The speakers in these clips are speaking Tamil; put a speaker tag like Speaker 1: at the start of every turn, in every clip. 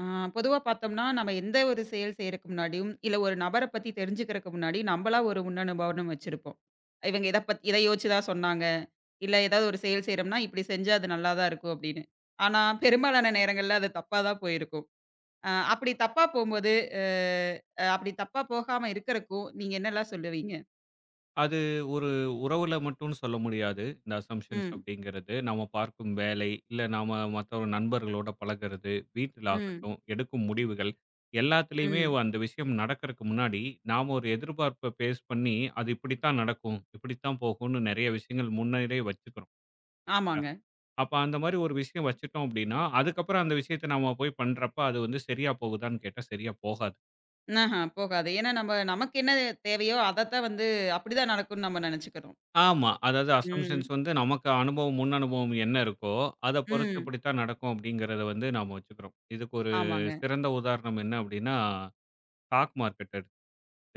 Speaker 1: ஆ, பொதுவா பார்த்தோம்னா, நம்ம எந்த ஒரு செயல் செய்றக்கு முன்னாடியும், இல்ல ஒரு நபர பத்தி தெரிஞ்சுக்கிறக்கு முன்னாடி, நம்பளா ஒரு முன்னனுபவம் வச்சிருப்போம். இவங்க இத யோசிச்சு தான் சொன்னாங்க. இல்ல ஏதாவது ஒரு செயல் செய்றோம்னா, இப்படி செஞ்சா அது நல்லா தான் இருக்கும் அப்படின்னு. ஆனா, பெரும்பாலான நேரங்கள்ல அது தப்பா தான் போயிருக்கும். அப்படி தப்பா போம்போது, அ அ அப்படி தப்பா போகாம இருக்கறக்கும், நீங்க என்னலாம் சொல்லுவீங்க?
Speaker 2: அது ஒரு உறவுல மட்டும்னு சொல்ல முடியாது. இந்த அசம்ப்ஷன்ஸ்
Speaker 1: ம்,
Speaker 2: அப்படிங்கிறது. நாம பார்க்கும் வேலை, இல்ல நாம மத்த ஒரு நண்பர்களோட பழகுறது, வீட்டில
Speaker 1: ம்,
Speaker 2: ஆகட்டும், எடுக்கும் முடிவுகள் எல்லாத்துலயுமே
Speaker 1: ம்.
Speaker 2: அந்த விஷயம் நடக்கறக்கு முன்னாடி, நாம ஒரு எதிர்பார்ப்ப பேஸ் பண்ணி, அது இப்படித்தான் நடக்கும், இப்படித்தான் போகும்னு நெறைய விஷயங்கள் முன்னரே வச்சுக்கிறோம்.
Speaker 1: ஆமாங்க.
Speaker 2: அப்ப அந்த மாரி ஒரு விஷயம் வச்சுட்டோம் அப்படின்னா, அதுக்கப்புறம் அந்த விஷயத்த நாம போய் பண்றப்ப, அது வந்து சரியா போகுதான்னு கேட்டா சரியா போகாது.
Speaker 1: ஆஹ போகாது. ஏன்னா நம்ம நமக்கு என்ன தேவையோ, அதத்தான் வந்து அப்படிதான் நடக்கும்னு நம்ம நெனச்சுக்கிறோம்.
Speaker 2: ஆமா. அதாவது அசம்ப்ஷன்ஸ்
Speaker 1: ம்,
Speaker 2: வந்து நமக்கு அனுபவம், முன் அனுபவம் என்ன இருக்கோ, அத பொறுத்து
Speaker 1: ம்.
Speaker 2: இப்படித்தான் நடக்கும் அப்படிங்கிறத வந்து நாம வச்சுக்கிறோம். இதுக்கு ஒரு
Speaker 1: ஆமாங்க.
Speaker 2: சிறந்த உதாரணம் என்ன அப்படின்னா, ஸ்டாக் மார்க்கெட் எடுத்து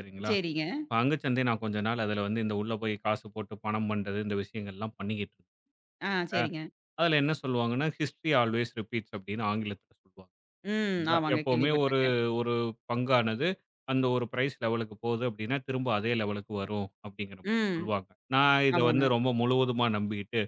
Speaker 2: சரிங்களா?
Speaker 1: சரிங்க.
Speaker 2: பங்குச்சந்தை நான் கொஞ்ச நாள் அதுல வந்து இந்த உள்ள போய் காசு போட்டு பணம் பண்றது, இந்த விஷயங்கள்லாம் பண்ணிக்கிட்டு
Speaker 1: ஆ
Speaker 2: இருந்தேன்.
Speaker 1: சரிங்க.
Speaker 2: அதுல என்ன சொல்லுவாங்கன்னா, ஹிஸ்டரி ஆல்வேஸ் ரிப்பீட்ஸ் அப்படின்னு ஆங்கிலத்துல சொல்லுவாங்க.
Speaker 1: ம்.
Speaker 2: சரிங்களா?
Speaker 1: ஆமாங்க.
Speaker 2: எப்பவுமே ஒரு
Speaker 1: கேள்விப்பட்டுருக்கேன்.
Speaker 2: ஒரு பங்கானது அந்த ஒரு பிரைஸ் லெவலுக்கு போகுது அப்படின்னா, திரும்ப அதே லெவலுக்கு வரும் அப்படிங்கிற மாரி
Speaker 1: ம்.
Speaker 2: சொல்லுவாங்க. நான் இத வந்து
Speaker 1: ஆமாங்க.
Speaker 2: ரொம்ப முழுவதுமா நம்பிக்கிட்டு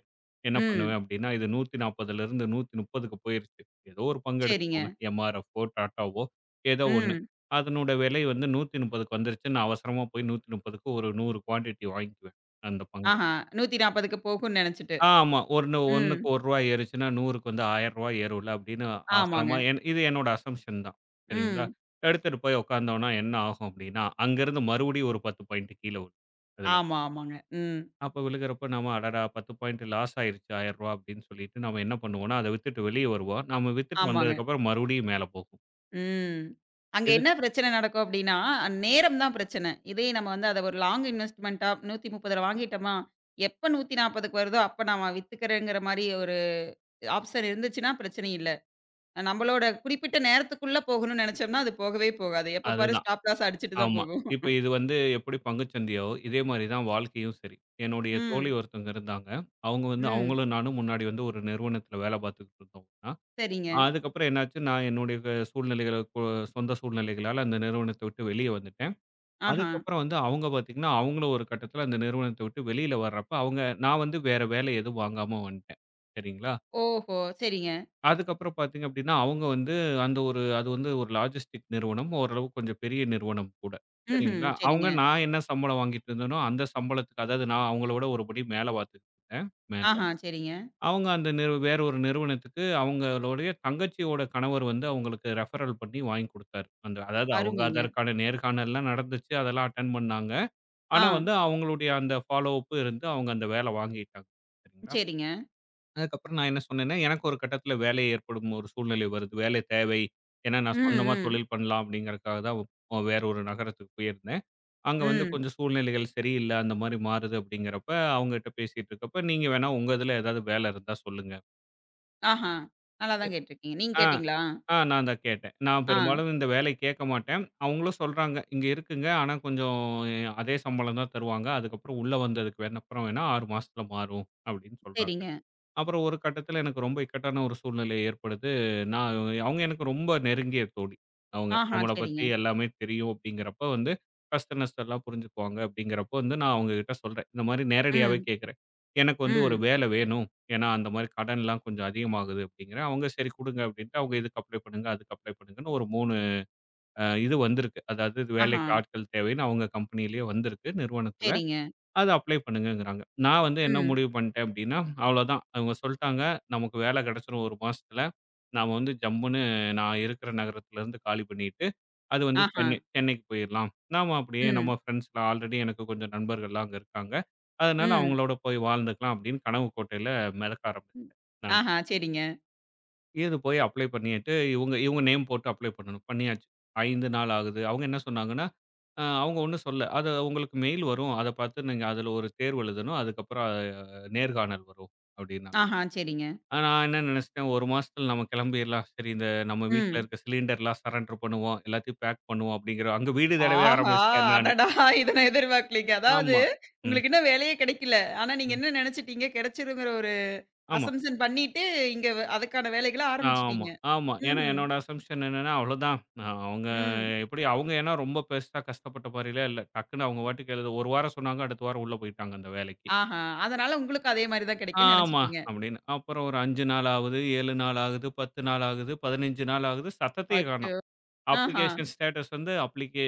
Speaker 2: என்ன
Speaker 1: ம்.
Speaker 2: பண்ணுவேன் அப்படின்னா, இது 140லிருந்து 130க்கு போயிருச்சு. ஏதோ ஒரு பங்கு
Speaker 1: சரிங்க.
Speaker 2: எடுத்துக்கோங்க. எம்.ஆர்.எஃப்.ஓ, டாட்டாவோ ஏதோ ஒண்ணு.
Speaker 1: ம்.
Speaker 2: அதனோட விலை வந்து 130க்கு வந்துருச்சு. நான் அவசரமா போய் 130க்கு ஒரு 100 குவான்டிட்டி வாங்கிக்குவேன். அந்த பங்க.
Speaker 1: ஆஹா. 140க்கு போகும்ன்னு நெனச்சுட்டு.
Speaker 2: ஆமா. ஒண்ணு ஒண்ணுக்கு
Speaker 1: ம்.
Speaker 2: ரூ. 1 ஏறுச்சுன்னா 100க்கு வந்து ரூ. 1000 ஏறும்ல அப்படின்னு
Speaker 1: ஆமாங்க.
Speaker 2: ஆகலாமா என் இது என்னோட அசம்ப்ஷன் தான். சரிங்களா?
Speaker 1: ம்.
Speaker 2: எடுத்துட்டு போய் உட்கார்ந்தோம்னா என்ன ஆகும் அப்படின்னா, அங்கிருந்து மறுபடியும் ஒரு 10 பாயிண்ட் கீழ விழும். அதுல.
Speaker 1: ஆமா, ஆமாங்க. ம்.
Speaker 2: அப்ப விழுகுறப்ப நம்ம அடடா! 10 பாயிண்ட் லாஸ் ஆயிருச்சு ரூ. 1000 அப்படின்னு சொல்லிட்டு நம்ம என்ன பண்ணுவோம்னா, அத வித்துட்டு வெளிய வருவோம். நம்ம வித்துட்டு
Speaker 1: ஆமாங்க.
Speaker 2: வந்ததுக்கப்புறம் மறுபடியும் மேல போகும்.
Speaker 1: ம். அங்க
Speaker 2: எதுக்
Speaker 1: என்ன பிரச்சனை நடக்கும் அப்டின்னா, நேரம் தான் பிரச்சனை. இதே நம்ம வந்து அத ஒரு லாங் இன்வெஸ்ட்மென்ட்டா 130ல வாங்கிட்டோமா, எப்ப 140க்கு வருதோ, அப்ப நான் வித்துக்கிறேங்கிற மாரி ஒரு ஆப்ஷன் இருந்துச்சுன்னா பிரச்சனை இல்ல. நம்மளோட குறிப்பிட்ட நேரத்துக்குள்ள போகணும்னு நெனச்சோம்னா, அது போகவே போகாது. எப்ப பாரு
Speaker 2: அதுதான்.
Speaker 1: ஸ்டாப் லாஸ் அடிச்சுட்டு தான்
Speaker 2: ஆமா.
Speaker 1: போகும்.
Speaker 2: இப்ப இது வந்து எப்படி பங்குச்சந்தையோ, இதே மாரி தான் வாழ்க்கையும் சரி. என்னுடைய தோழி
Speaker 1: ம்.
Speaker 2: ஒருத்தவங்க இருந்தாங்க. அவங்க வந்து
Speaker 1: ம்.
Speaker 2: அவங்களும் நானும் முன்னாடி வந்து ஒரு நிறுவனத்தில வேலை பார்த்துக்கிட்டு இருந்தோம்னா,
Speaker 1: சரிங்க.
Speaker 2: அதுக்கப்புறம் என்னாச்சு நான் என்னுடைய சூழ்நிலைகள், சொந்த சூழ்நிலைகளால அந்த நிறுவனத்த விட்டு வெளிய வந்துட்டேன்.
Speaker 1: ஆஹா.
Speaker 2: அதுக்கப்புறம் வந்து அவங்க பார்த்தீங்கன்னா, அவங்களும் ஒரு கட்டத்தில அந்த நிறுவனத்த விட்டு வெளியில வர்றப்ப, அவங்க நான் வந்து வேற வேலை எதுவும் வாங்காம வந்துட்டேன். சரிங்களா?
Speaker 1: ஓஹோ! சரிங்க.
Speaker 2: அதுக்கப்புறம் பார்த்தீங்க அப்படின்னா, அவங்க வந்து அந்த ஒரு அது வந்து ஒரு லாஜிஸ்டிக் நிறுவனம். ஓரளவு கொஞ்சம் பெரிய நிறுவனம் கூட.
Speaker 1: ம்ஹ்ம்.
Speaker 2: சரிங்களா? அவங்க
Speaker 1: சரிங்க.
Speaker 2: நான் என்ன சம்பளம் வாங்கிட்டு இருந்தேனோ, அந்த சம்பளத்துக்கு அதாவது நான் அவங்களோட ஒருபடி மேல பார்த்துக்கிட்டு இருந்தேன். மேல.
Speaker 1: ஆஹா. சரிங்க.
Speaker 2: அவங்க அந்த வேற ஒரு நிறுவனத்துக்கு அவங்களுடைய தங்கச்சியோட கணவர் வந்து அவங்களுக்கு ரெஃபரல் பண்ணி வாங்கி குடுத்தாரு. அந்த அதாவது அவங்க
Speaker 1: அருமைங்க.
Speaker 2: அதற்கான நேர்காணல்லாம் நடந்துச்சு. அதெல்லாம் அட்டெண்ட் பண்ணாங்க.
Speaker 1: ஆ.
Speaker 2: ஆனா வந்து அவங்களுடைய அந்த ஃபாலோ அப் இருந்து அவங்க அந்த வேலை வாங்கிட்டாங்க. சரிங்களா?
Speaker 1: சரிங்க.
Speaker 2: அதுக்கப்புறம் நான் என்ன சொன்னேன்னா, எனக்கு ஒரு கட்டத்தில வேலை ஏற்படும் ஒரு சூழ்நிலை வருது. வேலை தேவை. ஏன்னா நான்
Speaker 1: ம்,
Speaker 2: சொந்தமா
Speaker 1: ம்,
Speaker 2: தொழில் பண்ணலாம் அப்படிங்கிறதுக்காக தான் வேற ஒரு நகரத்துக்கு போயிருந்தேன். அங்க வந்து
Speaker 1: ம்.
Speaker 2: கொஞ்சம் சூழ்நிலைகள் சரியில்ல. அந்த மாரி மாறுது அப்படிங்கிறப்ப அவங்ககிட்ட பேசிட்டு இருக்கப்ப, நீங்க வேணா உங்க இதில ஏதாவது வேலை இருந்தா சொல்லுங்க.
Speaker 1: ஆஹா. நல்லா தான் கேட்டுருக்கீங்க. நீங்க
Speaker 2: ஆ,
Speaker 1: கேட்டீங்களா?
Speaker 2: ஆ நான் தான் கேட்டேன். நான்
Speaker 1: ஆ.
Speaker 2: பெரும்பாலும் இந்த வேலைய கேட்க மாட்டேன். அவங்களும் சொல்றாங்க, "இங்க இருக்குங்க. ஆனா கொஞ்சம் அதே சம்பளம் தான் தருவாங்க. அதுக்கப்புறம் உள்ள வந்ததுக்கு வேணா அப்புறம் வேணா 6 மாசத்துல மாறும்" அப்படின்னு சொல்றாங்க.
Speaker 1: சரிங்க.
Speaker 2: அப்புறம் ஒரு கட்டத்தில எனக்கு ரொம்ப இக்கட்டான ஒரு சூழ்நிலை ஏற்படுது. நான் அவங்க எனக்கு ரொம்ப நெருங்கிய தோழி. அவங்க
Speaker 1: ஆஹா.
Speaker 2: நம்மள
Speaker 1: சரிங்க.
Speaker 2: பத்தி எல்லாமே தெரியும் அப்படிங்கிறப்ப வந்து கஷ்ட நஷ்டம் எல்லாம் புரிஞ்சுக்குவாங்க அப்படிங்கிறப்ப வந்து நான் அவங்ககிட்ட சொல்றேன். இந்த மாரி நேரடியாவே
Speaker 1: ம்,
Speaker 2: கேட்கிறேன். எனக்கு வந்து ஒரு
Speaker 1: ம்.
Speaker 2: வேலை வேணும். ஏன்னா அந்த மாரி கடன்லாம் கொஞ்சம் அதிகமாகுது அப்படிங்கிறேன். அவங்க சரி குடுங்க அப்படின்ட்டு அவங்க இதுக்கு அப்ளை பண்ணுங்க, அதுக்கு அப்ளை பண்ணுங்கன்னு ஒரு 3 இது வந்திருக்கு. அதாவது இது
Speaker 1: ஆஹா.
Speaker 2: வேலைக்கு ஆட்கள் தேவைன்னு அவங்க கம்பெனியிலேயே வந்திருக்கு நிறுவனத்தில.
Speaker 1: சரிங்க.
Speaker 2: அத அப்ளை பண்ணுங்கங்கிறாங்க. நான் வந்து என்ன
Speaker 1: ம்.
Speaker 2: முடிவு பண்ணிட்டேன் அப்டின்னா, அவ்வளோதான். அவங்க சொல்ட்டாங்க, நமக்கு வேலை கிடைச்சிரும் 1 மாசத்துல. நாம வந்து ஜம்முன்னு நான் இருக்கிற நகரத்துலருந்து காலி பண்ணிட்டு, அது வந்து
Speaker 1: ஆஹா.
Speaker 2: சென்னைக்கு போயிரலாம். நாம அப்படியே
Speaker 1: ம்,
Speaker 2: நம்ம ஃப்ரெண்ட்ஸ்ல ஆல்ரெடி எனக்கு கொஞ்சம் நண்பர்கள்லாம் அங்க இருக்காங்க. அதனால
Speaker 1: ம்.
Speaker 2: அவங்களோட போய் வாழ்ந்துக்கலாம் அப்படின்னு கனவு கோட்டையில மிதக்க ஆரம்பிச்சேன். நான்.
Speaker 1: ஆஹா. சரிங்க.
Speaker 2: இது போய் அப்ளை பண்ணிட்டு, இவுங்க இவுங்க நேம் போட்டு அப்ளை பண்ணணும். பண்ணியாச்சு. 5 நாள் ஆகுது. அவங்க என்ன சொன்னாங்கன்னா, அவங்க ஒண்ணும் சொல்லல. அது உங்களுக்கு மெயில் வரும். அத பார்த்து நீங்க அதுல ஒரு தேர்வு எழுதணும். அதுக்கப்புறம் நேர்காணல் வரும் அப்டின்னாங்க.
Speaker 1: ஆஹா. சரிங்க.
Speaker 2: நான் என்ன நெனச்சுட்டேன், 1 மாசத்துல நம்ம கிளம்பிர்லாம். சரி இந்த நம்ம வீட்ல
Speaker 1: ம்.
Speaker 2: இருக்க சிலிண்டர்லாம் சரண்டர் பண்ணுவோம். எல்லாத்தையும் பேக் பண்ணுவோம் அப்டிங்கிற அங்க வீடு தேடவே
Speaker 1: ஆஹா!
Speaker 2: ஆரம்பிச்சுட்டேன் நானு.
Speaker 1: அடடா! இத நான் எதிர்பார்க்கலீங்க. அதாவது
Speaker 2: ஆமா. ம்,
Speaker 1: உங்களுக்கு இன்னும் வேலையே கிடைக்கல. ஆனா நீங்க
Speaker 2: ம்.
Speaker 1: என்ன நெனச்சுட்டீங்க கிடைச்சிருங்கிற ஒரு
Speaker 2: ஆமா.
Speaker 1: அசம்ப்ஷன் பண்ணிட்டு, இங்க அதுக்கான வேலைகள
Speaker 2: ஆமா,
Speaker 1: ஆரம்பிச்சுட்டீங்க.
Speaker 2: ஆமா. ஏன்னா
Speaker 1: ம்ஹ்ம்.
Speaker 2: என்னோட அசம்ப்ஷன் என்னன்னா, அவ்வளோதான். அவங்க
Speaker 1: ம்.
Speaker 2: எப்படி அவங்க ஏன்னா ரொம்ப பெருசா கஷ்டப்பட்ட மாரிலாம் இல்ல. டக்குன்னு அவங்க பாட்டுக்கு எழுத 1 வாரம் சொன்னாங்க. அடுத்த வாரம் உள்ள போயிட்டாங்க அந்த வேலைக்கு.
Speaker 1: ஆஹா! அதனால உங்களுக்கு அதே மாரி தான் கிடைக்கும்னு
Speaker 2: ஆமா
Speaker 1: நெனச்சுட்டீங்க.
Speaker 2: அப்படின்னு. அப்புறம் ஒரு 5 நாள் ஆகுது, 7 நாள் ஆகுது, 10 நாள் ஆகுது, 15 நாள் ஆகுது. சத்தத்தையே காணோம்.
Speaker 1: அச்சோ! ஆஹா!
Speaker 2: அப்ளிகேஷன் ஸ்டேட்டஸ் வந்து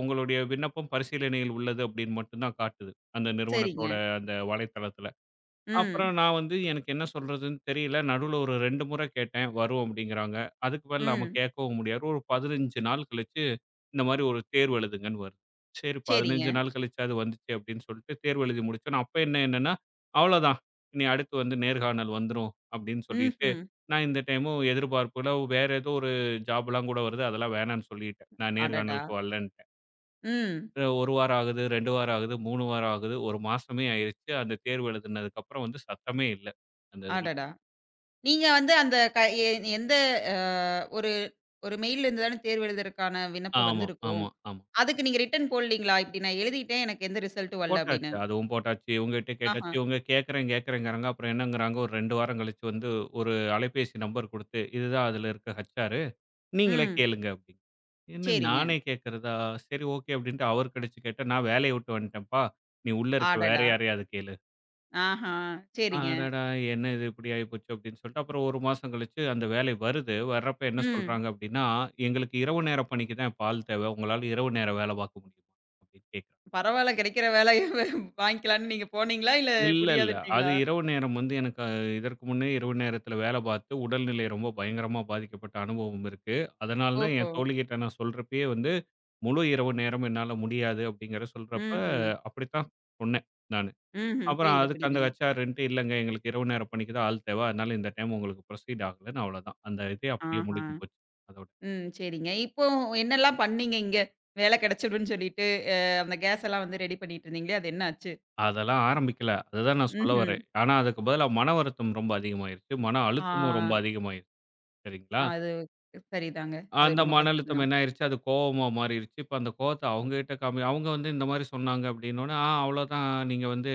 Speaker 2: உங்களுடைய விண்ணப்பம் பரிசீலனையில் உள்ளது அப்படின்னு மட்டும் தான் காட்டுது. அந்த நிறுவனத்தோட
Speaker 1: சரிங்க.
Speaker 2: அந்த வலைத்தளத்தில. அப்புறம்
Speaker 1: ம்.
Speaker 2: நான் வந்து எனக்கு என்ன சொல்றதுன்னு தெரியல. நடுவுல ஒரு 2 முறை கேட்டேன். வரும் அப்படிங்கிறாங்க. அதுக்கு மேல நாம
Speaker 1: ம்.
Speaker 2: கேட்கவும் முடியாது. ஒரு 15 நாள் கழிச்சு இந்த மாரி ஒரு தேர்வு எழுதுங்கன்னு வருது. சரி
Speaker 1: சரிங்க.
Speaker 2: 15 நாள் கழிச்சாவது வந்துச்சு அப்படின்னு சொல்லிட்டு தேர்வு எழுதி முடிச்சோன அப்ப என்ன என்னன்னா, அவ்வளோதான். இனி அடுத்து வந்து நேர்காணல் வந்துரும் அப்படின்னு சொல்லிட்டு,
Speaker 1: ம்ஹ்ம்.
Speaker 2: நான் இந்த டைமும் எதிர்பார்ப்புல வேற ஏதோ ஒரு ஜாப்லாம் கூட வருது. அதெல்லாம் வேணான்னு சொல்லிட்டேன். நான்
Speaker 1: அடடா!
Speaker 2: நேர்காணலுக்கு வரலன்ட்டேன்.
Speaker 1: ம்.
Speaker 2: 1 வாரம் ஆகுது, 2 வாரம் ஆகுது, 3 வாரம் ஆகுது, 1 மாசமே ஆயிருச்சு. அந்த தேர்வு எழுதுனதுக்கப்புறம் வந்து சத்தமே இல்ல. அந்த இதுல.
Speaker 1: அடடா! நீங்க வந்து அந்த க எ எந்த அ ஒரு ஒரு மெயில் இருந்து தானே தேர்வு எழுதுறதுக்கான விண்ணப்பம்
Speaker 2: ஆமா,
Speaker 1: வந்திருக்கும்.
Speaker 2: ஆமா, ஆமா.
Speaker 1: அதுக்கு நீங்க ரிட்டர்ன் போடலீங்களா? இப்டி நான் எழுதிட்டேன். எனக்கு எந்த ரிசல்ட்டும் வரல அப்டின்னு.
Speaker 2: போட்டாச்சு. அதுவும் போட்டாச்சு. இவங்ககிட்ட கேட்டாச்சு.
Speaker 1: ஆஹா.
Speaker 2: இவங்க கேட்கிறேன் கேட்கிறேன்ங்கிறாங்க. அப்புறம் என்னங்கிறாங்க, ஒரு 2 வாரம் கழிச்சு வந்து ஒரு அலைபேசி நம்பர் குடுத்து, இதுதான் அதுல இருக்க ஹெச்ஆரு. நீங்களே
Speaker 1: ம்.
Speaker 2: கேளுங்க அப்படின்னு. என்ன
Speaker 1: சரிங்க.
Speaker 2: நானே கேட்கிறதா? சரி ஓகே அப்படின்ட்டு அவருக்கு அடிச்சு கேட்டேன். நான் வேலைய விட்டு வந்துட்டேன்ப்பா. நீ உள்ள இருக்க வேற
Speaker 1: அடடா!
Speaker 2: யாரையாவது கேளு.
Speaker 1: ஆஹா. சரிங்க.
Speaker 2: அடடா! என்ன இது இப்படி ஆயிப்போச்சு அப்படின்னு சொல்லிட்டு, அப்புறம் 1 மாசம் கழிச்சு அந்த வேலை வருது. வர்றப்ப என்ன
Speaker 1: ம்.
Speaker 2: சொல்றாங்க அப்படின்னா, எங்களுக்கு இரவு நேர பணிக்கு தான் இப்ப ஆள் தேவை. உங்களால இரவு நேரம் வேலை பார்க்க முடியுமா? அப்படின்னு கேட்குறாங்க.
Speaker 1: பரவால்ல கிடைக்கிற வேலைய வாங்கிக்கலான்னு நீங்க போனீங்களா? இல்ல
Speaker 2: இல்ல, இல்ல. அது
Speaker 1: முடியாதுன்ட்டீங்களா?
Speaker 2: இரவு நேரம் வந்து எனக்கு இதற்கு முன்னே இரவு நேரத்தில வேலை பார்த்து உடல்நிலை ரொம்ப பயங்கரமா பாதிக்கப்பட்ட அனுபவம் இருக்கு. அதனால தான்
Speaker 1: ஓஹோ!
Speaker 2: என் தோழிகிட்ட நான் சொல்றப்பயே வந்து, முழு இரவு நேரம் என்னால முடியாது அப்படிங்கிற சொல்றப்ப
Speaker 1: ம்ஹ்ம்.
Speaker 2: அப்படித்தான் சொன்னேன் நானு.
Speaker 1: ம்ஹ்ம்.
Speaker 2: அப்புறம்
Speaker 1: புரியுது,
Speaker 2: அதுக்கு அந்த
Speaker 1: புரியுதுங்க.
Speaker 2: ஹெச்ஆர்ன்ட்டு இல்லங்க எங்களுக்கு இரவு நேர பணிக்கு தான் ஆள் தேவை. அதனால இந்த டைம் உங்களுக்கு புரோசீட் ஆகலன்னு அவ்வளோதான். அந்த இதே அப்படியே
Speaker 1: ஆஹா.
Speaker 2: முடிஞ்சு போச்சு அதோட.
Speaker 1: ம். சரிங்க. இப்போ என்னலாம் பண்ணீங்க இங்க? வேல கிடைச்சிடும்ன்னு சொல்லிட்டு, அந்த கேஸ் எல்லாம் வந்து ரெடி பண்ணிட்டு இருந்தீங்களே, அது என்ன ஆச்சு?
Speaker 2: அதெல்லாம் ஆரம்பிக்கல. அதுதான் நான் சொல்ல
Speaker 1: ம்ஹ்ம்.
Speaker 2: வரேன். ஆனா அதுக்கு பதிலா மன வருத்தம் ரொம்ப அதிகமாயிருச்சு. மன
Speaker 1: ஆ.
Speaker 2: அழுத்தமும் ரொம்ப அதிகமாயிருச்சு. சரிங்களா?
Speaker 1: அது சரிதாங்க. அது
Speaker 2: அந்த
Speaker 1: ரொம்ப
Speaker 2: மன
Speaker 1: கஷ்டம்
Speaker 2: அழுத்தம்
Speaker 1: தான்.
Speaker 2: என்ன ஆயிருச்சு? அது கோவமா மாறிருச்சு. இப்ப அந்த கோவத்த அவங்க கிட்ட காமி அவங்க வந்து இந்த மாரி சொன்னாங்க அப்படின்னோனே, "ஆ அவ்வளோதான் நீங்க வந்து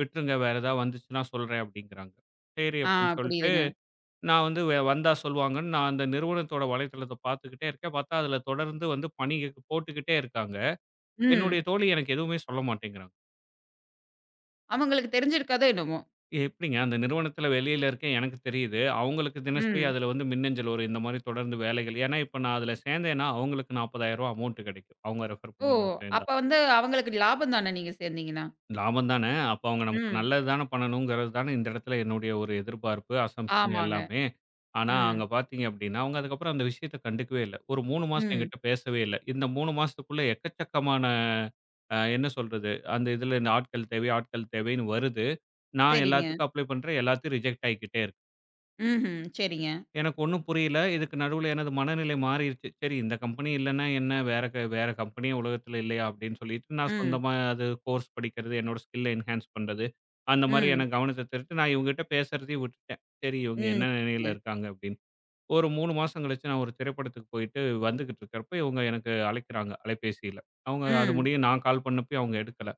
Speaker 2: விட்டுருங்க. வேற ஏதாவது வந்துச்சுன்னா சொல்றேன்" அப்படிங்கிறாங்க. சரி
Speaker 1: ஆ
Speaker 2: அப்படின்னு சொல்லிட்டு
Speaker 1: புரியுதுங்க.
Speaker 2: நான் வந்து வந்தா சொல்லுவாங்கன்னு நான் அந்த நிறுவனத்தோட வலைத்தளத்த பார்த்துக்கிட்டே இருக்கேன். பார்த்தா அதில தொடர்ந்து வந்து பணி போட்டுக்கிட்டே இருக்காங்க. என்னுடைய
Speaker 1: ம்.
Speaker 2: தோழி எனக்கு எதுவுமே சொல்ல மாட்டேங்கிறாங்க.
Speaker 1: அவங்களுக்கு தெரிஞ்சிருக்காதோ என்னமோ!
Speaker 2: எப்படிங்க அந்த நிறுவனத்தில வெளியில இருக்கேன் எனக்கு தெரியுது. அவங்களுக்கு தினசரி
Speaker 1: ம்.
Speaker 2: அதில வந்து மின்னஞ்சல் வரும். இந்த மாரி தொடர்ந்து வேலைகள் ஏன்னா, இப்ப நான் அதில சேர்ந்தேன்னா, அவங்களுக்கு ரூ. 40,000 அமௌண்ட் கிடைக்கும். அவங்க ரெஃபர்
Speaker 1: ஓ!
Speaker 2: பண்ணி நான் சேர்ந்தா.
Speaker 1: அப்ப வந்து அவங்களுக்கு லாபம் தானே நீங்க சேர்ந்தீங்கன்னா?
Speaker 2: லாபம் தானே. அப்ப அவங்க நமக்கு
Speaker 1: ம்.
Speaker 2: நல்லது தானே பண்ணணுங்கிறது தானே இந்த இடத்துல என்னுடைய ஒரு எதிர்பார்ப்பு, அசம்ப்ஷன்
Speaker 1: ஆமாங்க.
Speaker 2: எல்லாமே. ஆனா அங்க
Speaker 1: ம்.
Speaker 2: பார்த்தீங்க அப்படின்னா, அவங்க அதுக்கப்புறம் அந்த விஷயத்த கண்டுக்கவே இல்ல. ஒரு 3 மாசம்
Speaker 1: ம்.
Speaker 2: என்கிட்ட பேசவே இல்ல. இந்த 3 மாசத்துக்குள்ள எக்கச்சக்கமான என்ன சொல்றது? அந்த இதுல இந்த ஆட்கள் தேவை, ஆட்கள் தேவைன்னு வருது. நான்
Speaker 1: சரிங்க.
Speaker 2: எல்லாத்துக்கும் அப்ளை பண்றேன். எல்லாத்தையும் ரிஜெக்ட் ஆயிக்கிட்டே இருக்கு.
Speaker 1: ம்ஹ்ம். சரிங்க.
Speaker 2: எனக்கு ஒண்ணும் புரியல. இதுக்கு நடுவுல எனது மனநிலை மாறிருச்சு. சரி இந்த கம்பெனி இல்லன்னா என்ன? வேற வேற கம்பெனியே உலகத்துல இல்லையா? அப்படின்னு சொல்லிட்டு நான்
Speaker 1: ம்.
Speaker 2: சொந்தமா அது கோர்ஸ் படிக்கிறது, என்னோட ஸ்கில்ல என்ஹான்ஸ் பண்றது, அந்த மாரி
Speaker 1: ம்.
Speaker 2: எனக்கு கவனத்த திருட்டு நான் இவங்ககிட்ட பேசுறதையும் விட்டுட்டேன். சரி இவங்க
Speaker 1: ம்.
Speaker 2: என்ன நிலையில
Speaker 1: சரிங்க.
Speaker 2: இருக்காங்க அப்படின்னு. ஒரு 3 மாசம் கழிச்சு நான் ஒரு திரைப்படத்துக்கு போயிட்டு வந்துகிட்டு இருக்கிறப்ப, இவங்க எனக்கு அழைக்கிறாங்க அலைபேசியில. அவங்க அது
Speaker 1: ம்.
Speaker 2: முடிய நான் கால் பண்ணப்பயும் அவங்க எடுக்கல.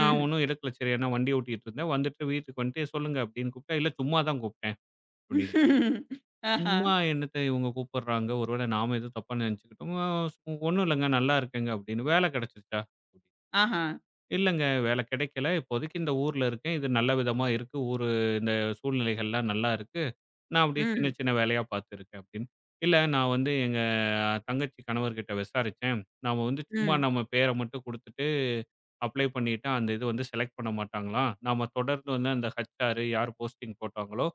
Speaker 2: நான் ஒண்ணும் எடுக்கல. சரி ஏன்னா வண்டி ஓட்டிட்டு இருந்தேன். வந்துட்டு வீட்டுக்கு வந்துட்டு, "சொல்லுங்க" அப்படின்னு கூப்பிட்டா, "இல்ல சும்மா தான் கூப்பிட்டேன்" அப்படிங்கிறாங்க.
Speaker 1: ஆஹா!
Speaker 2: சும்மா என்னத்த இவங்க கூப்பிடுறாங்க. ஒருவேளை நாம எதுவும் தப்பா நினைச்சுக்கிட்டோமோ, ஒண்ணும் இல்லங்க நல்லா இருக்கேங்க அப்படின்னு. வேலை கிடைச்சுருச்சா?
Speaker 1: ஆஹா!
Speaker 2: இல்லங்க வேலை கிடைக்கல. இப்போதைக்கு இந்த ஊர்ல இருக்கேன். இது நல்ல விதமா இருக்கு. ஊரு இந்த சூழ்நிலைகள்லாம் நல்லா இருக்கு. நான் அப்படியே சின்ன
Speaker 1: ம்.
Speaker 2: சின்ன வேலையா பார்த்துருக்கேன் அப்படின்னு. இல்ல நான் வந்து எங்க தங்கச்சி கணவர்கிட்ட விசாரிச்சேன். நாம வந்து சும்மா
Speaker 1: ம்.
Speaker 2: நம்ம பேரை மட்டும் குடுத்துட்டு அப்ளை பண்ணிட்டா, அந்த இது வந்து செலக்ட் பண்ண மாட்டாங்களாம். நாம தொடர்ந்து வந்து அந்த ஹெச்ஆர் யார் போஸ்டிங் போட்டாங்களோ,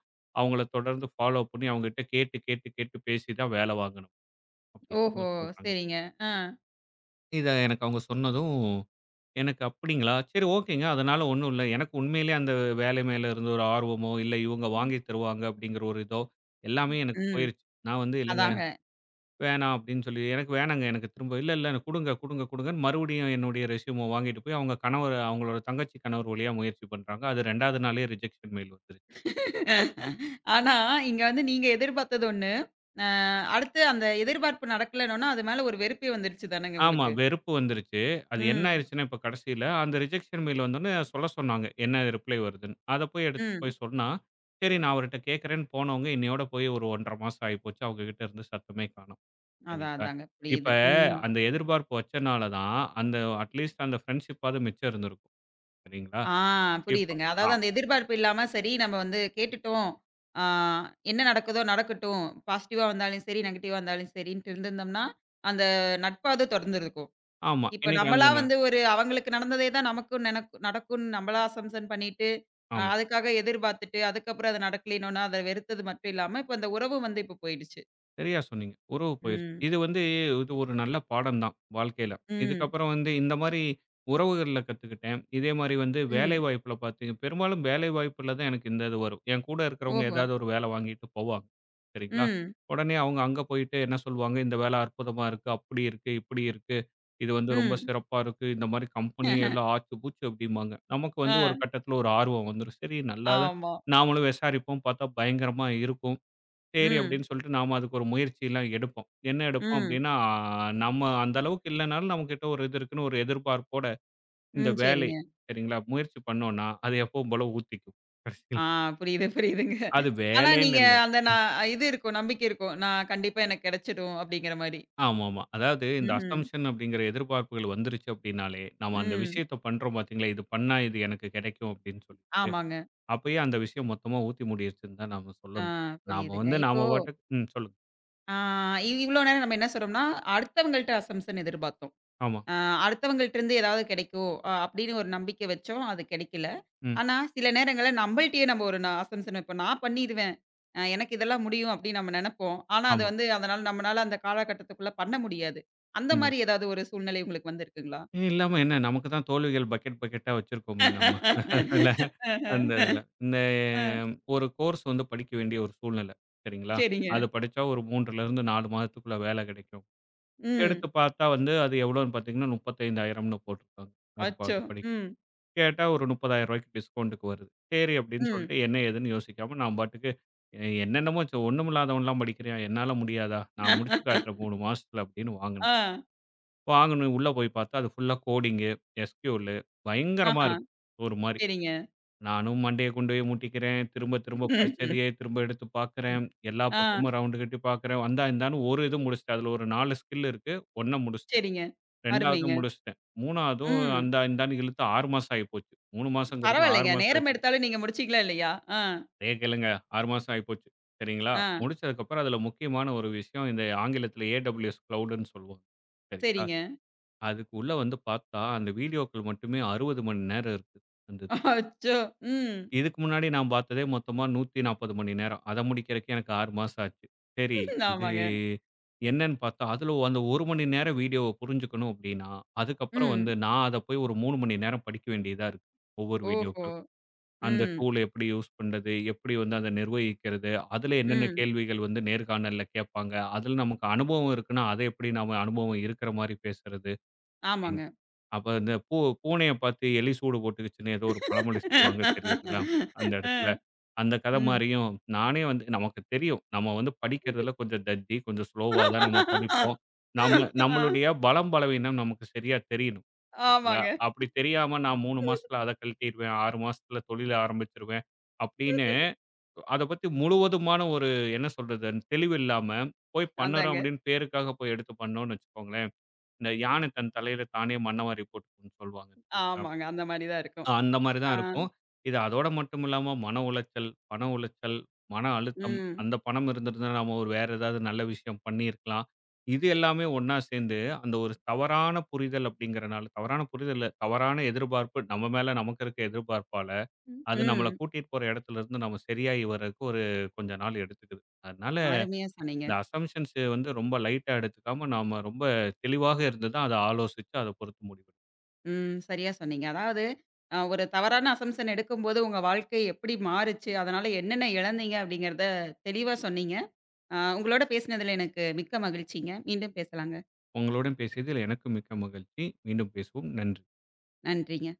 Speaker 2: அவங்கள தொடர்ந்து ஃபாலோ பண்ணி அவங்ககிட்ட கேட்டு, கேட்டு, கேட்டு பேசி தான் வேல வாங்கணும். அப்படின்னு அவங்க
Speaker 1: ஓஹோ!
Speaker 2: சொல்றாங்க.
Speaker 1: சரிங்க. ஆ.
Speaker 2: இத எனக்கு அவங்க சொன்னதும், எனக்கு அப்படிங்களா? சரி ஓகேங்க. அதனால ஒண்ணும் இல்ல. எனக்கு உண்மையிலேயே அந்த வேலை மேல இருந்த ஒரு ஆர்வமோ, இல்ல இவங்க வாங்கி தருவாங்க அப்படிங்கிற ஒரு இதோ, எல்லாமே எனக்கு
Speaker 1: ம்.
Speaker 2: போயிருச்சு. நான் வந்து இல்லங்க
Speaker 1: அதாங்க.
Speaker 2: வேணாம் அப்படின்னு சொல்லி, எனக்கு வேணாங்க. எனக்கு திரும்ப இல்ல, இல்ல குடுங்க, குடுங்க, குடுங்கன்னு மறுபடியும் என்னுடைய ரெஸ்யூம வாங்கிட்டு போய் அவங்க கணவர் அவங்களோட தங்கச்சி கணவர் வழியா முயற்சி பண்றாங்க. அது 2வது நாளே ரிஜெக்ஷன் மெயில் வந்துருச்சு.
Speaker 1: ஆனா, இங்க வந்து நீங்க எதிர்பார்த்தது ஒண்ணு. அ அடுத்து அந்த எதிர்பார்ப்பு நடக்கலன்னோன, அது மேல ஒரு வெறுப்பே வந்துருச்சு தானங்க
Speaker 2: ஆமா,
Speaker 1: உங்களுக்கு?
Speaker 2: வெறுப்பு வந்துருச்சு. அது என்ன
Speaker 1: ம்.
Speaker 2: ஆயிருச்சுன்னா, இப்ப கடைசியில அந்த ரிஜெக்ஷன் மெயில் வந்தோனே சொல்ல சொன்னாங்க. என்ன ரிப்ளை வருதுன்னு. அத போய் எடுத்துட்டு
Speaker 1: ம்.
Speaker 2: போய் சொன்னா, சரி நான் அவர்ட்ட கேட்கிறேன்னு போனவங்க இன்னையோட போய் ஒரு 1 1/2 மாசம் ஆயிப்போச்சு. அவங்க கிட்ட இருந்து சத்தமே காணோம்.
Speaker 1: அதான்
Speaker 2: சரிங்களா?
Speaker 1: அதாங்க.
Speaker 2: இப்ப
Speaker 1: புரியுது. ம்.
Speaker 2: அந்த எதிர்பார்ப்பு வச்சனால தான், அந்த அட்லீஸ்ட் அந்த ஃப்ரெண்ட்ஷிப்பாவது மிச்சம் இருந்திருக்கும். சரிங்களா?
Speaker 1: ஆ
Speaker 2: இப்ப
Speaker 1: புரியுதுங்க. அதாவது அந்த எதிர்பார்ப்பு இல்லாம சரி நம்ம வந்து கேட்டுட்டோம். ஆ என்ன நடக்குதோ நடக்கட்டும். பாசிட்டிவா வந்தாலும் சரி, நெகட்டிவா வந்தாலும் சரின்ட்டு இருந்திருந்தோம்னா, அந்த நட்பாவது தொடர்ந்திருக்கும்.
Speaker 2: ஆமா.
Speaker 1: இப்ப
Speaker 2: இன்னைக்கு அந்த
Speaker 1: நம்மளா வந்து ஒரு அவங்களுக்கு நடந்ததே தான் நமக்கும் நடக்கும்னு நம்மளா அசம்ப்ஷன் பண்ணிட்டு,
Speaker 2: ஆமா.
Speaker 1: அதுக்காக எதிர்பார்த்துட்டு, அதுக்கப்புறம் அது நடக்கலைன்னோன அத வெறுத்தது மட்டும் இல்லாம, இப்ப அந்த உறவு வந்து இப்ப போயிடுச்சு.
Speaker 2: சரியா சொன்னீங்க. உறவு போயிருச்சு.
Speaker 1: ம்.
Speaker 2: இது வந்து இது ஒரு நல்ல பாடம் தான் வாழ்க்கையில.
Speaker 1: ம்.
Speaker 2: இதுக்கப்புறம் வந்து இந்த மாரி உறவுகள்ல கத்துக்கிட்டேன். இதே மாரி வந்து
Speaker 1: ம்.
Speaker 2: வேலைவாய்ப்புல பாத்தீங்க பெரும்பாலும் வேலைவாய்ப்புல தான் எனக்கு இந்த இது வரும். என் கூட இருக்கிறவங்க
Speaker 1: ஓஹோ!
Speaker 2: ஏதாவது ஒரு வேலை வாங்கிட்டு போவாங்க. சரிங்களா?
Speaker 1: ம்.
Speaker 2: உடனே அவங்க அங்க போயிட்டு என்ன சொல்லுவாங்க, "இந்த வேலை அற்புதமா இருக்கு. அப்படி இருக்கு, இப்படி இருக்கு. இது வந்து ரொம்ப
Speaker 1: ம்.
Speaker 2: சிறப்பா இருக்கு. இந்த மாரி கம்பெனி எல்லாம் ஆச்சு பூச்சு" அப்படிம்பாங்க. நமக்கு
Speaker 1: ஆ
Speaker 2: வந்து ஒரு கட்டத்துல ஒரு ஆர்வம் வந்துரும். சரி நல்லா தான்
Speaker 1: ஆமா.
Speaker 2: நாமளும் விசாரிப்போம். பாத்தா பயங்கரமா இருக்கும். சரி
Speaker 1: ம்.
Speaker 2: அப்படின்னு சொல்லிட்டு நாம அதுக்கு ஒரு முயற்சிலாம் எடுப்போம். என்ன எடுப்போம்
Speaker 1: ம்.
Speaker 2: அப்படின்னா, நம்ம அந்த அளவுக்கு இல்லனாலும் நம்மகிட்ட ஒரு இது இருக்குன்னு ஒரு எதிர்பார்ப்போட இந்த
Speaker 1: ம்.
Speaker 2: வேலை
Speaker 1: சரிங்க.
Speaker 2: சரிங்களா, முயற்சி பண்ணோம்னா, அது எப்பவும் போல ஊத்திக்கும். கடைசில
Speaker 1: ஆ புரியுது, புரியுதுங்க.
Speaker 2: அது
Speaker 1: ஆனா
Speaker 2: வேலைன்னு
Speaker 1: நீங்க
Speaker 2: இல்ல.
Speaker 1: அந்த
Speaker 2: ம்.
Speaker 1: நான் இது இருக்கும், நம்பிக்கை இருக்கும். நான் கண்டிப்பா எனக்கு கிடைச்சிடும் அப்படிங்கிற மாரி.
Speaker 2: ஆமாமா. அதாவது இந்த
Speaker 1: ம்ஹ்ம்.
Speaker 2: அசம்ப்ஷன் அப்படிங்கிற எதிர்பார்ப்புகள் வந்துருச்சு அப்படின்னாலே, நம்ம அந்த
Speaker 1: ம்.
Speaker 2: விஷயத்த பண்றோம் பார்த்தீங்களா, இது பண்ணா இது எனக்கு கிடைக்கும் அப்படின்னு சொல்லிட்டு,
Speaker 1: ஆமாங்க.
Speaker 2: அப்பயே அந்த விஷயம் மொத்தமா ஊத்தி மூடிருச்சுன்னு தான் நாம
Speaker 1: ஆ
Speaker 2: சொல்லணும். நாம
Speaker 1: புரியுதுங்க.
Speaker 2: வந்து
Speaker 1: இப்போ
Speaker 2: நாம பாட்டுக்கு ம். சொல்லுங்க.
Speaker 1: ஆ இவ்ளோ நேரம் நம்ம என்ன சொன்னோம்னா, அடுத்தவங்கள்ட்ட அசம்ப்ஷன் எதிர்பார்த்தோம்.
Speaker 2: ஆமா.
Speaker 1: அ அடுத்தவங்கள்ட்டருந்து ஏதாவது கிடைக்கும் அப்படின்னு ஒரு நம்பிக்கை வச்சோம். அது கிடைக்கல.
Speaker 2: ம்.
Speaker 1: ஆனா, சில நேரங்கள்ல நம்மள்ட்டயே நம்ம ஒரு அசம்ப்ஷன் வைப்போம். நான் பண்ணிருவேன். எனக்கு இதெல்லாம் முடியும் அப்படின்னு நம்ம நெனைப்போம். ஆனா, அது
Speaker 2: ஆமா.
Speaker 1: வந்து அதனால நம்மனால அந்த காலகட்டத்துக்குள்ள பண்ண முடியாது. அந்த
Speaker 2: ஆமா.
Speaker 1: மாரி ஏதாவது ஒரு சூழ்நிலை உங்களுக்கு வந்திருக்குங்களா?
Speaker 2: இது இல்லாம என்ன? நமக்கு தான் தோல்விகள் பக்கெட், பக்கெட்டா வச்சிருக்கோமே நம்ம. அதுல அந்த இதுல. இந்த
Speaker 1: அ
Speaker 2: ஒரு கோர்ஸ் வந்து படிக்க வேண்டிய ஒரு சூழ்நிலை. சரிங்களா?
Speaker 1: சரிங்க.
Speaker 2: அது படிச்சா ஒரு 3லிருந்து 4 மாதத்துக்குள்ள வேலை கிடைக்கும்.
Speaker 1: ம்.
Speaker 2: எடுத்து பார்த்தா வந்து அது எவ்வளோன்னு பார்த்தீங்கன்னா, 35,000ன்னு போட்டிருக்காங்க. அது
Speaker 1: அச்சோ!
Speaker 2: பாதி படிக்க.
Speaker 1: ம்.
Speaker 2: கேட்டா ஒரு ரூ. 30,000க்கு டிஸ்கவுண்ட்டுக்கு வருது. சரி அப்படின்னு
Speaker 1: ம்.
Speaker 2: சொல்லிட்டு என்ன ஏதுன்னு யோசிக்காம நான் பாட்டுக்கு என்னென்னமோ ஒண்ணுமில்லாதவன்லாம் படிக்கிறான். என்னால முடியாதா? நான் முடிச்சு காட்டுறேன் 3 மாசத்துல அப்படின்னு
Speaker 1: ஆ.
Speaker 2: வாங்குனேன். வாங்கணும். உள்ள போய் பார்த்தா, அது ஃபுல்லா கோடிங்கு, எஸ்கியூஎல்லு பயங்கரமா
Speaker 1: ஆஹா.
Speaker 2: இருக்கு. ஒரு மாரி.
Speaker 1: சரிங்க.
Speaker 2: நானும் மண்டைய கொண்டு போய் முட்டிக்கிறேன். திரும்ப திரும்ப
Speaker 1: ம்.
Speaker 2: படிச்சதையே திரும்ப எடுத்து
Speaker 1: ம்.
Speaker 2: பார்க்கிறேன். எல்லா
Speaker 1: ஆ.
Speaker 2: பக்கமும் ரவுண்டு கட்டி பார்க்கிறேன். அந்தா இந்தான்னு ஒரு இது முடிச்சுட்டேன். அதுல ஒரு 4 ஸ்கில் இருக்கு. 1 முடிச்சுட்டேன்.
Speaker 1: சரிங்க.
Speaker 2: 2வது
Speaker 1: அருமைங்க.
Speaker 2: முடிச்சுட்டேன். 3வதும்
Speaker 1: ம்.
Speaker 2: அந்தா இந்தான்னு இழுத்து 6 மாசம் ஆயிப்போச்சு. 3 மாசங்கிறது 6
Speaker 1: பரவாயில்லைங்க.
Speaker 2: மாசம்
Speaker 1: நேரம்
Speaker 2: ஆயிப்போச்சு.
Speaker 1: எடுத்தாலும் நீங்க முடிச்சீங்களா இல்லையா? ஆ,
Speaker 2: அதே கேளுங்க. 6 மாசம் ஆயிப்போச்சு. சரிங்களா?
Speaker 1: ஆ.
Speaker 2: முடிச்சதுக்கப்புறம் அதுல முக்கியமான ஒரு விஷயம், இந்த ஆங்கிலத்தில ஏடபிள்யூஎஸ் கிளவுடுன்னு சொல்லுவாங்க. சரிங்களா?
Speaker 1: சரிங்க.
Speaker 2: அதுக்கு உள்ள வந்து பார்த்தா, அந்த வீடியோக்கள் மட்டுமே 60 மணி நேரம் இருக்கு. அந்த
Speaker 1: அச்சோ! ம்.
Speaker 2: இதுக்கு முன்னாடி நான் பார்த்ததே மொத்தமா 140 மணி நேரம். அத முடிக்கிறதுக்கு எனக்கு 6 மாசம் ஆச்சு. சரி, இது
Speaker 1: ஆமாங்க.
Speaker 2: என்னன்னு பார்த்தா, அதுல அந்த 1 மணி நேரம் வீடியோவ புரிஞ்சுக்கணும் அப்படின்னா, அதுக்கப்புறம் வந்து
Speaker 1: ம்.
Speaker 2: நான் அத போய் ஒரு 3 மணி நேரம் படிக்க வேண்டியதா இருக்கு. ஒவ்வொரு
Speaker 1: ஓஹோ!
Speaker 2: வீடியோவுக்கும். அந்த
Speaker 1: ம்,
Speaker 2: டூல் எப்படி யூஸ் பண்றது? எப்படி வந்து அத நிர்வகிக்கிறது? அதுல என்னென்ன
Speaker 1: ம்.
Speaker 2: கேள்விகள் வந்து நேர்காணல்ல கேட்பாங்க? அதுல நமக்கு அனுபவம் இருக்குன்னா, அத எப்படி நாம அனுபவம் இருக்கிற மாரி பேசுறது?
Speaker 1: ஆமாங்க.
Speaker 2: அப்ப இந்த பூனைய பார்த்து எலி சூடு போட்டுக்கிச்சுன்னு ஏதோ ஒரு பழமொழி சொல்லுவாங்க தெரியுங்களா? அந்த இடத்துல.
Speaker 1: அ,
Speaker 2: அந்த கதை
Speaker 1: ம்.
Speaker 2: மாரியும் நானே வந்து நமக்கு தெரியும். நம்ம வந்து படிக்கிறதுல கொஞ்சம் தத்தி, கொஞ்சம் ஸ்லோவா தான் நம்ம படிப்போம். நம்ம
Speaker 1: ஆ,
Speaker 2: நம்மளுடைய பலம், பலவீனம் நமக்கு சரியா தெரியணும். சரிங்களா?
Speaker 1: ஆமாங்க.
Speaker 2: அப்படி தெரியாம நான் 3 மாசத்துல அத கழட்டிருவேன். 6 மாசத்துல தொழில ஆரம்பிச்சுருவேன். அப்படின்னு அத பத்தி முழுவதுமான ஒரு என்ன சொல்றது? தெளிவு இல்லாம போய் பண்ணுறோம்
Speaker 1: அதாங்க.
Speaker 2: அப்படின்னு பேருக்காக போய் எடுத்து பண்ணோம்னு வச்சுக்கோங்களேன். இந்த யானை தன் தலையில தானே மண்ணவாரி போட்டுக்கும்னு சொல்லுவாங்க தெரியுங்களா?
Speaker 1: ஆமாங்க. அந்த மாரி தான் இருக்கும்.
Speaker 2: அந்த மாதிரி
Speaker 1: ஆ,
Speaker 2: தான் இருக்கும். இது அதோட மட்டும் இல்லாம மன உளைச்சல், பண உளைச்சல், மன அழுத்தம்,
Speaker 1: ம்,
Speaker 2: அந்த பணம் இருந்திருந்தா நாம ஒரு வேற ஏதாவது நல்ல விஷயம் பண்ணியிருக்கலாம். இது எல்லாமே ஒண்ணா சேர்ந்து அந்த ஒரு தவறான புரிதல் அப்படிங்கிறனால தவறான புரிதல் இல்ல, தவறான எதிர்பார்ப்பு நம்ம மேல நமக்கு இருக்க எதிர்பார்ப்பால, அது நம்மள
Speaker 1: ம்.
Speaker 2: கூட்டிட்டு போற இடத்துல இருந்து நம்ம சரியாகி வர்றதுக்கு ஒரு கொஞ்ச நாள் எடுத்துக்குது. அதனால
Speaker 1: அருமையா சொன்னீங்க.
Speaker 2: இந்த அசம்ப்ஷன்ஸ் வந்து ரொம்ப லைட்டா எடுத்துக்காம, நாம ரொம்ப தெளிவாக இருந்து தான் அத ஆலோசிச்சு, அத பொறுத்து முடிவெடுக்கணும்.
Speaker 1: ம். சரியா சொன்னீங்க. அதாவது ஒரு தவறான அசம்ப்ஷன் எடுக்கும்போது உங்க வாழ்க்கை எப்படி மாறுச்சு? அதனால என்னென்ன இழந்தீங்க? அப்படிங்கிறத தெளிவா சொன்னீங்க. உங்களோட பேசினதுல எனக்கு மிக்க மகிழ்ச்சிங்க. மீண்டும் பேசலாங்க.
Speaker 2: உங்களுடன் பேசியதில் எனக்கு மிக்க மகிழ்ச்சி. மீண்டும் பேசுவோம். நன்றி.
Speaker 1: நன்றிங்க.